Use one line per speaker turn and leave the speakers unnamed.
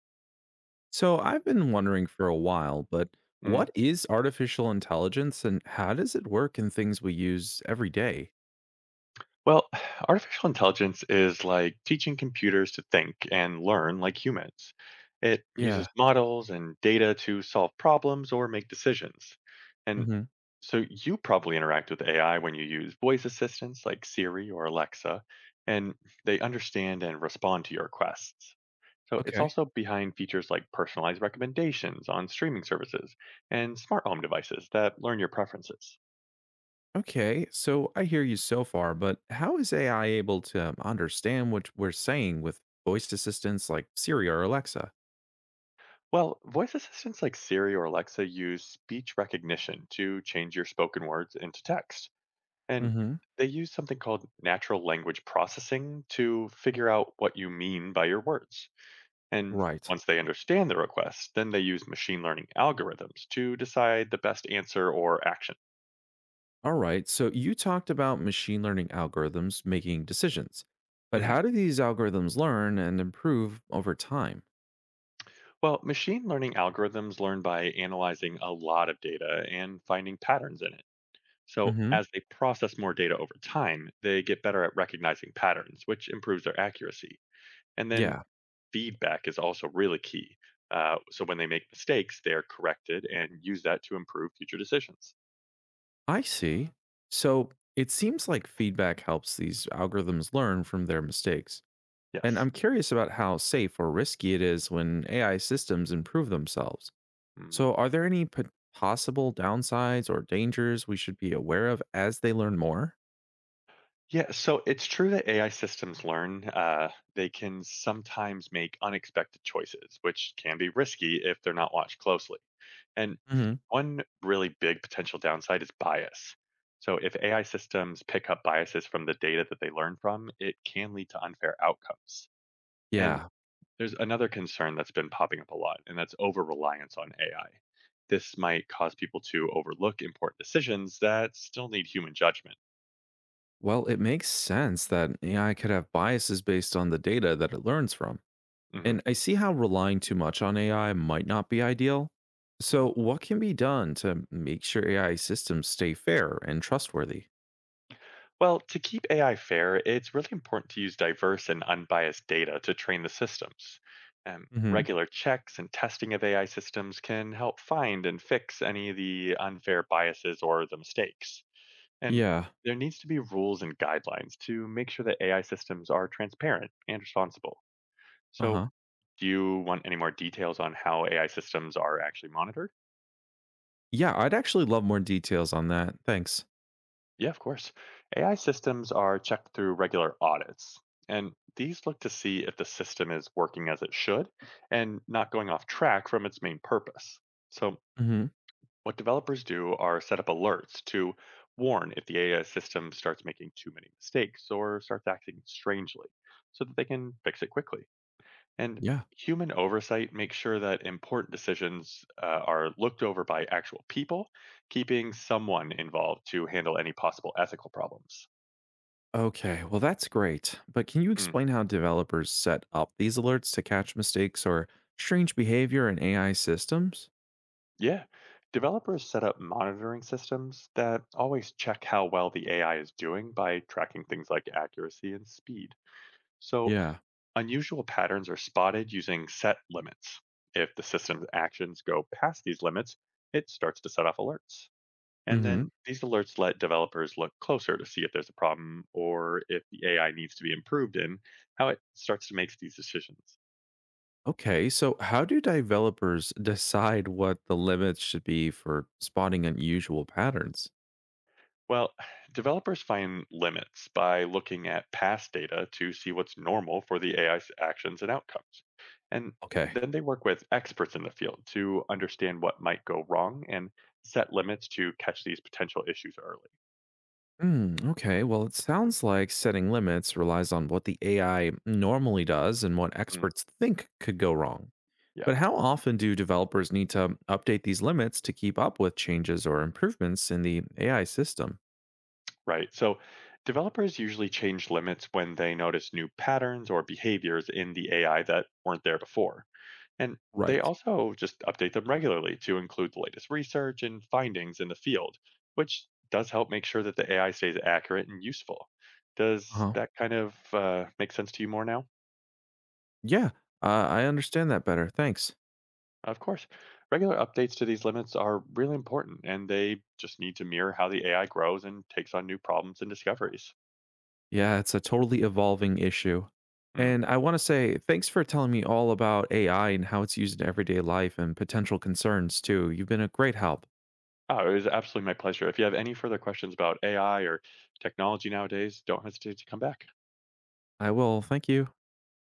So I've been wondering for a while, but what
Mm.
is artificial intelligence and how does it work in things we use every day?
Well, artificial intelligence is like teaching computers to think and learn like humans. It uses
Yeah.
models and data to solve problems or make decisions. And
Hmm.
so you probably interact with AI when you use voice assistants like Siri or Alexa, and they understand and respond to your requests. So it's
Okay.
also behind features like personalized recommendations on streaming services and smart home devices that learn your preferences.
Okay. So I hear you so far, but how is AI able to understand what we're saying with voice assistants like Siri or Alexa?
Well, voice assistants like Siri or Alexa use speech recognition to change your spoken words into text. And
Hmm.
they use something called natural language processing to figure out what you mean by your words. And
Right.
once they understand the request, then they use machine learning algorithms to decide the best answer or action.
All right. So you talked about machine learning algorithms making decisions, but
Mhm.
how do these algorithms learn and improve over time?
Well, machine learning algorithms learn by analyzing a lot of data and finding patterns in it. So,
Hmm.
as they process more data over time, they get better at recognizing patterns, which improves their accuracy. And then
Yeah.
feedback is also really key. So, when they make mistakes, they are corrected and use that to improve future decisions.
I see. So it seems like feedback helps these algorithms learn from their mistakes. And
Yes.
I'm curious about how safe or risky it is when AI systems improve themselves.
Mm.
So, are there any possible downsides or dangers we should be aware of as they learn more?
Yeah, so it's true that AI systems learn. They can sometimes make unexpected choices, which can be risky if they're not watched closely. And
Hmm.
One really big potential downside is bias. So if AI systems pick up biases from the data that they learn from, it can lead to unfair outcomes. And
Yeah.
there's another concern that's been popping up a lot, and that's over reliance on AI. This might cause people to overlook important decisions that still need human judgment.
Well, it makes sense that AI could have biases based on the data that it learns from.
Mhm.
And I see how relying too much on AI might not be ideal. So, what can be done to make sure AI systems stay fair and trustworthy?
Well, to keep AI fair, it's really important to use diverse and unbiased data to train the systems.
Hmm.
Regular checks and testing of AI systems can help find and fix any of the unfair biases or the mistakes. And
Yeah.
there needs to be rules and guidelines to make sure that AI systems are transparent and responsible.
Uh
So,
huh.
do you want any more details on how AI systems are actually monitored?
Yeah, I'd actually love more details on that. Thanks.
Yeah, of course. AI systems are checked through regular audits, and these look to see if the system is working as it should and not going off track from its main purpose. So,
Hmm.
what developers do are set up alerts to warn if the AI system starts making too many mistakes or starts acting strangely so that they can fix it quickly. And
Yeah.
human oversight makes sure that important decisions are looked over by actual people, keeping someone involved to handle any possible ethical problems.
Okay. Well, that's great. But can you
Mm,
explain how developers set up these alerts to catch mistakes or strange behavior in AI systems?
yeah, developers set up monitoring systems that always check how well the AI is doing by tracking things like accuracy and speed. So,
Yeah.
unusual patterns are spotted using set limits. If the system's actions go past these limits, it starts to set off alerts. And
Hmm.
then these alerts let developers look closer to see if there's a problem or if the AI needs to be improved in how it starts to make these decisions.
Okay, so how do developers decide what the limits should be for spotting unusual patterns?
Well, developers find limits by looking at past data to see what's normal for the AI's actions and outcomes. And
Okay.
then they work with experts in the field to understand what might go wrong and set limits to catch these potential issues early.
Hmm, okay, well, it sounds like setting limits relies on what the AI normally does and what
Mm,
experts think could go wrong.
yeah,
But how often do developers need to update these limits to keep up with changes or improvements in the AI system?
right. So developers usually change limits when they notice new patterns or behaviors in the AI that weren't there before. And they
Right.
also just update them regularly to include the latest research and findings in the field, which does help make sure that the AI stays accurate and useful.
Uh
Does
huh.
that kind of make sense to you more now?
Yeah, I understand that better. Thanks.
Of course. Regular updates to these limits are really important, and they just need to mirror how the AI grows and takes on new problems and discoveries.
Yeah, it's a totally evolving issue.
Mm.
And I want to say thanks for telling me all about AI and how it's used in everyday life and potential concerns, too. You've been a great help.
Oh, it was absolutely my pleasure. If you have any further questions about AI or technology nowadays, don't hesitate to come back.
I will. Thank you.